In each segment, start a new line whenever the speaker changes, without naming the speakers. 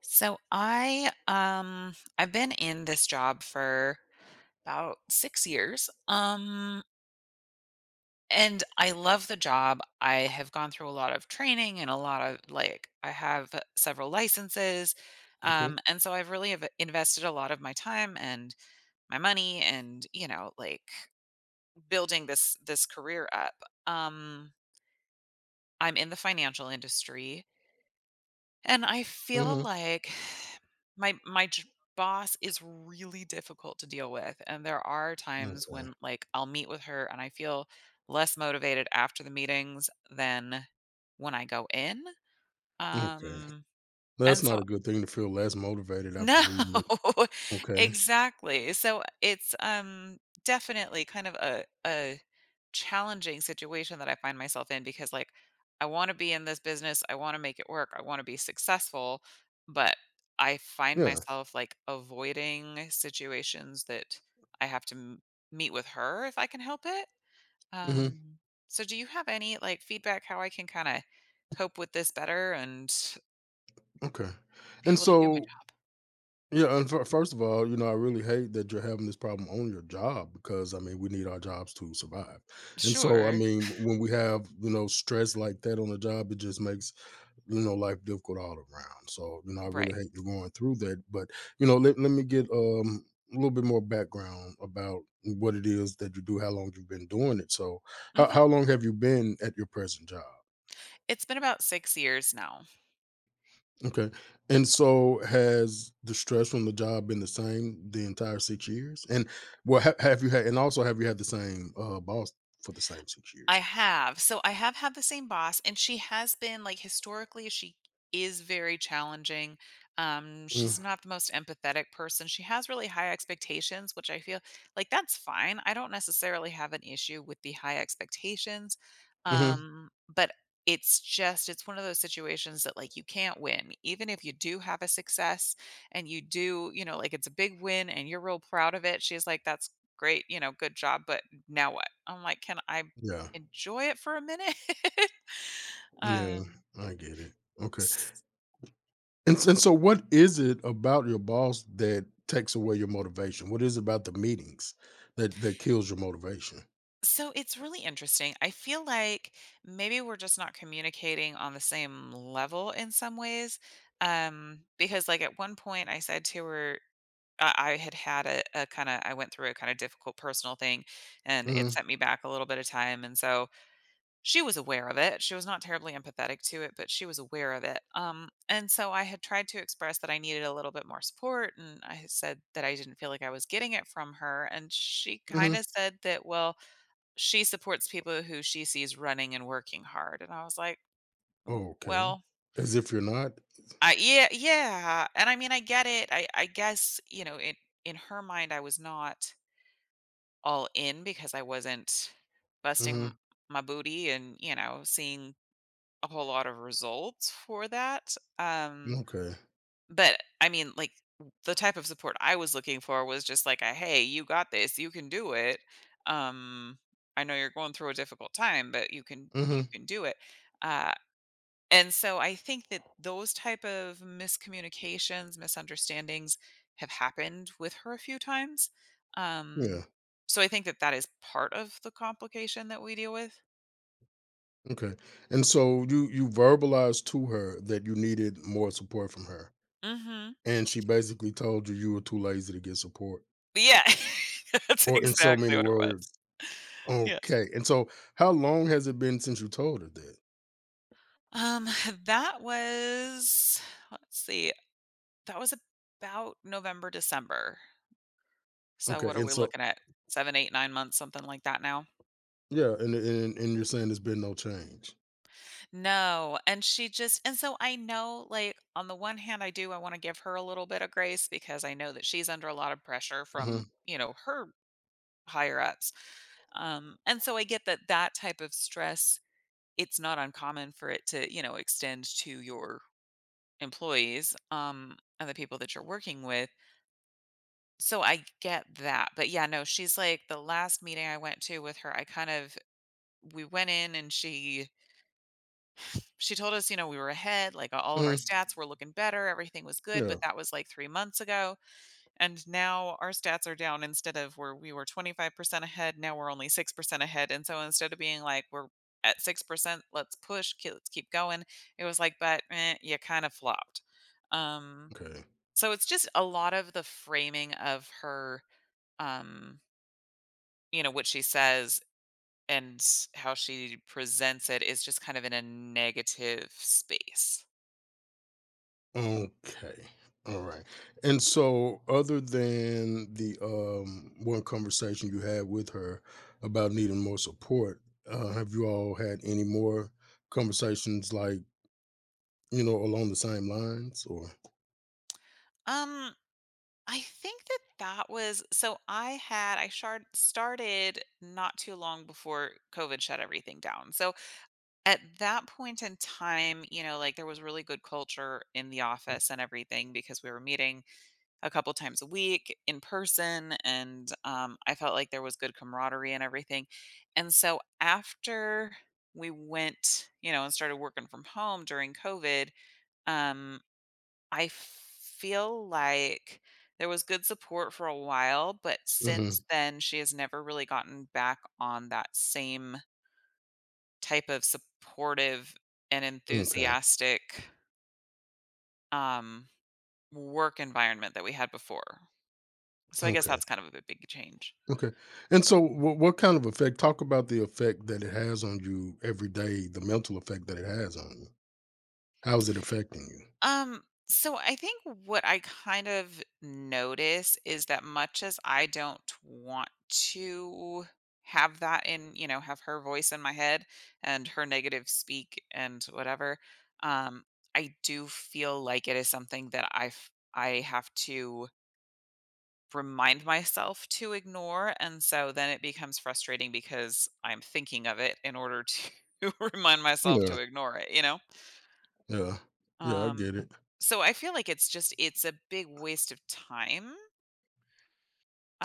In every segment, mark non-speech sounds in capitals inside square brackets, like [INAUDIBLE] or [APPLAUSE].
So I've been in this job for about 6 years. And I love the job. I have gone through a lot of training and a lot of, like, I have several licenses.
Okay.
And so I've really have invested a lot of my time and my money and, like, building this career up. Um I'm in the financial industry, and I feel
Mhm.
like my boss is really difficult to deal with, and there are times
Okay.
when, like, I'll meet with her and I feel less motivated after the meetings than when I go in.
Okay.
um
That's
and
not
so,
a good thing to feel less motivated
no.
after meeting with.
[LAUGHS]
Okay.
Exactly. So it's definitely kind of a challenging situation that I find myself in because, like, I want to be in this business, I want to make it work, I want to be successful, but I find
Yeah.
myself, like, avoiding situations that I have to meet with her if I can help it.
Mhm.
Um so do you have any, like, feedback how I can kind of cope with this better and
Okay.
be
And
able to do my
so,
job?
yeah, and first of all, you know, I really hate that you're having this problem on your job because I mean, we need our jobs to survive. And so, I
Sure.
mean, when we have, you know, stress like that on the job, it just makes, life difficult all around. So, you know, I
Right.
really hate you going through that. But, you know, let me get a little bit more background about what it is that you do, how long you've been doing it. So
Mhm.
how long have you been at your present job?
It's been about 6 years now.
Okay. And so has the stress from the job been the same the entire 6 years? And well, have you had, and also have you had the same boss for the same six
I
years?
have. So I have had the same boss, and she has been, like, historically, she is very challenging.
Mm-hmm.
She's not the most empathetic person. She has really high expectations, which I feel like that's fine. I don't necessarily have an issue with the high expectations.
Mm-hmm.
But it's just, it's one of those situations that, like, you can't win. Even if you do have a success and you do, like, it's a big win and you're real proud of it, she's like, "That's great, good job," but now what? I'm like, can I
Yeah.
enjoy it for a minute? [LAUGHS]
Yeah.
um,
I get it. Okay.
s-
And so what is it about your boss that takes away your motivation? What is it about the meetings that kills your motivation?
so it's really interesting. I feel like maybe we're just not communicating on the same level in some ways. Because, like, at one point I said to her, I had had a kind of— I went through a kind of difficult personal thing and it
Mhm,
sent me back a little bit of time. And so she was aware of it. She was not terribly empathetic to it, but she was aware of it. And so I had tried to express that I needed a little bit more support, and I had said that I didn't feel like I was getting it from her. And she kind
mhm.
of said that, well, she supports people who she sees running and working hard. And I was like, "Mm,
Okay.
well,"
As if you're not?
I, yeah, yeah. And I mean, I get it. I guess, it, in her mind, I was not all in because I wasn't busting
Mhm,
my booty and seeing a whole lot of results for that. Um,
okay.
but I mean, like, the type of support I was looking for was just like, a "hey, you got this, you can do it. Um, I know you're going through a difficult time, but you can you
Mhm,
can do it." Uh, and so I think that those type of miscommunications, misunderstandings have happened with her a few times. Um,
yeah,
so I think that that is part of the complication that we deal with.
okay. And so you verbalized to her that you needed more support from her,
Hmm.
and she basically told you you were too lazy to get support,
Yeah. [LAUGHS] That's
or in so
exactly
many
what it was.
words.
Yes.
Okay, and so how long has it been since you told her that?
Um, [SIGHS] that was, let's see, that was about November, December. So
Okay,
what are
and
we
so
looking at? 7, 8, 9 months, something like that now?
yeah, and you're saying there's been no change.
No, and she just— and so I know, like, on the one hand, I wanna give her a little bit of grace because I know that she's under a lot of pressure from,
Mhm,
her higher ups. And so I get that that type of stress, it's not uncommon for it to, extend to your employees, and the people that you're working with. So I get that. But yeah, no, she's like, the last meeting I went to with her, I kind of— we went in and she told us, we were ahead, like all of our
mhm,
stats were looking better, everything was good,
yeah,
but that was like 3 months ago. And now our stats are down. Instead of where we were 25% ahead, now we're only 6% ahead. And so instead of being like, we're at 6%, let's push, let's keep going. It was like, but eh, you kind of flopped. Um
okay.
So it's just a lot of the framing of her, um, what she says and how she presents it is just kind of in a negative space.
Okay, alright. And so other than the one conversation you had with her about needing more support, have you all had any more conversations, like, you know, along the same lines or
Um, I think that that was, so I had I shard started not too long before COVID shut everything down. So at that point in time, like there was really good culture in the office and everything because we were meeting a couple times a week in person, and I felt like there was good camaraderie and everything. And so after we went, and started working from home during COVID, um, I feel like there was good support for a while, but since
mhm,
then she has never really gotten back on that same type of supportive and
okay,
enthusiastic um, work environment that we had before. So I guess
okay,
that's kind of a big change.
okay. And so what kind of effect talk about the effect that it has on you every day, the mental effect that it has on you. How is it affecting you?
So I think what I kind of notice is that, much as I don't want to have that in— have her voice in my head and her negative speak and whatever, um, I do feel like it is something that I have to remind myself to ignore, and so then it becomes frustrating because I'm thinking of it in order to [LAUGHS] remind myself
Yeah,
to ignore it, you know?
yeah. Yeah, I
Um,
get it.
so I feel like it's just, it's a big waste of time.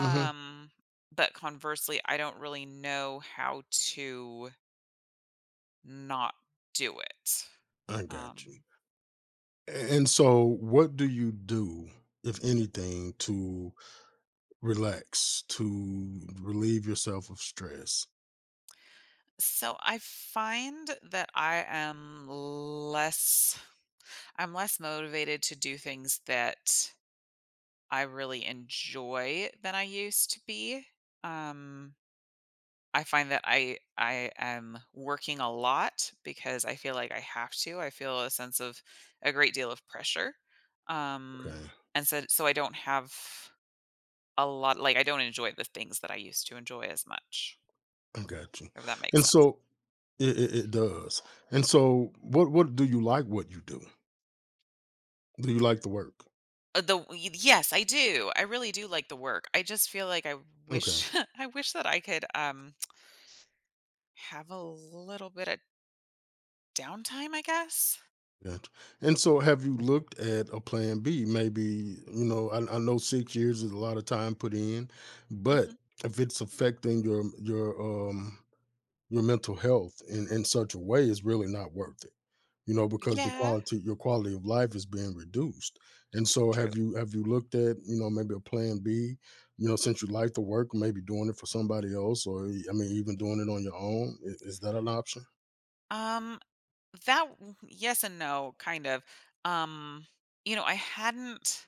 Mhm,
but conversely, I don't really know how to not do it.
I got you.
Um,
A And so what do you do, if anything, to relax, to relieve yourself of stress?
so I find that I'm less motivated to do things that I really enjoy than I used to be. Um, I find that I am working a lot because I feel like I have to. I feel a sense of a great deal of pressure. Um
Okay,
and so I don't have a lot, like, I don't enjoy the things that I used to enjoy as much.
I got you.
If that makes
And
sense.
so it it does. And so what do you like what you do? Do you like the work?
Uh, The y- yes, I do. I really do like the work. I just feel like I
Okay,
wish [LAUGHS] I wish that I could have a little bit of downtime, I guess.
gotcha. And so have you looked at a plan B? Maybe, you know, I know 6 years is a lot of time put in,
Hmm.
but if it's affecting your your mental health in such a way is really not worth it, you know, because the
Yeah,
quality your quality of life is being reduced. And so
true.
have you looked at, you know, maybe a plan B, you know, since you like the work, maybe doing it for somebody else or e, I mean even doing it on your own? Is that an option?
Um That Yes and no, kind of. Um, you know, I hadn't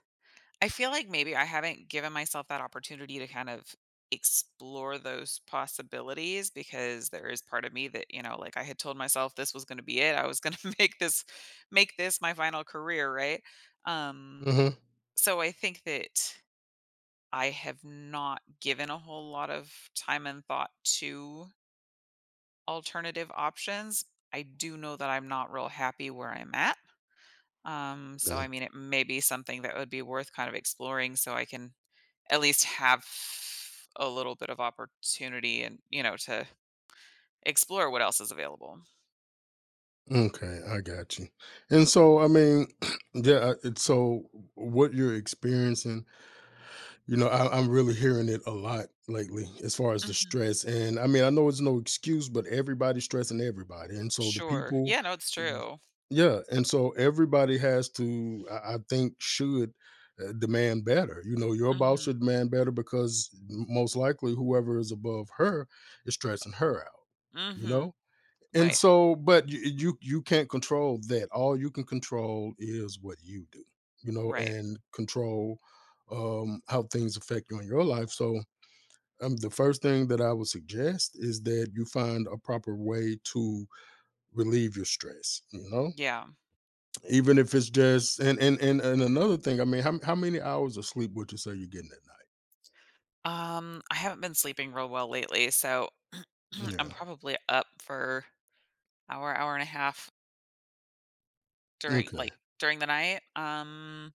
I feel like maybe I haven't given myself that opportunity to kind of explore those possibilities because there is part of me that, you know, like I had told myself this was gonna be it. I was gonna [LAUGHS] make this my final career, right? Um,
Hmm.
so I think that I have not given a whole lot of time and thought to alternative options. I do know that I'm not real happy where I'm at. So I
Okay.
mean, it may be something that would be worth kind of exploring so I can at least have a little bit of opportunity and, you know, to explore what else is available.
Okay, I got you. And so I mean, [CLEARS THROAT] yeah, it's so what you're experiencing. You know, I'm really hearing it a lot lately as far as the
Mhm.
stress. And I mean, I know it's no excuse, but everybody's stressing everybody. And so the
Sure.
people,
Yeah, no, it's true.
yeah. And so everybody has to, I think, should demand better. You know, your boss
Mhm.
should demand better because most likely whoever is above her is stressing her out, you
Mhm.
know? And
Right.
so but you can't control that. All you can control is what you do, you know,
Right.
and control, how things affect you in your life. So, the first thing that I would suggest is that you find a proper way to relieve your stress, you know?
Yeah.
Even if it's just and another thing, I mean, how many hours of sleep would you say you're getting at
I haven't been sleeping real well lately, so
night?
[CLEARS THROAT] I'm
Yeah.
probably up for hour, hour and a half during like
Okay.
during the night.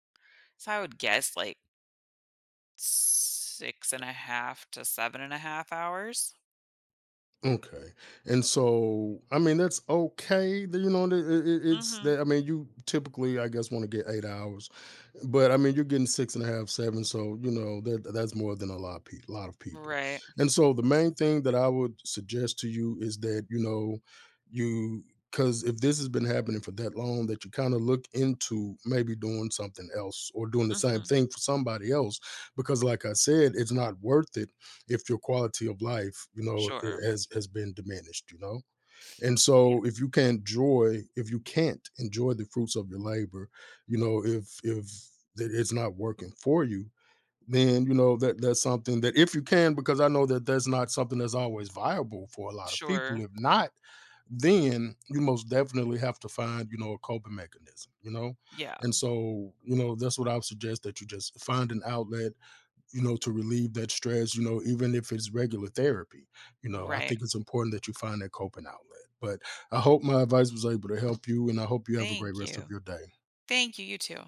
So I would guess like 6.5 to 7.5 hours?
Okay, and so I mean that's okay. You know, it's
Mhm.
that I mean you typically I guess want to get 8 hours, but I mean you're getting six and a half, seven. So you know that that's more than a lot of people, lot of people.
Right.
And so the main thing that I would suggest to you is that you know you because if this has been happening for that long, that you kind of look into maybe doing something else or doing the same
Mhm.
thing for somebody else, because like I said, it's not worth it if your quality of life you know
Sure.
has been diminished, you know, and
Yeah.
so if you can't enjoy if you can't enjoy the fruits of your labor, you know, if that it's not working for you, then you know that that's something that if you can because I know that that's not something that's always viable for a lot of people
Sure.
if not then you most definitely have to find, you know, a coping mechanism, you know,
Yeah.
and so you know that's what I would suggest that you just find an outlet, you know, to relieve that stress, you know, even if it's regular therapy. You know, I
Right.
think it's important that you find that coping outlet. But I hope my advice was able to help you, and I hope you have a great
Thank
rest of
you.
your day.
Thank you. You too.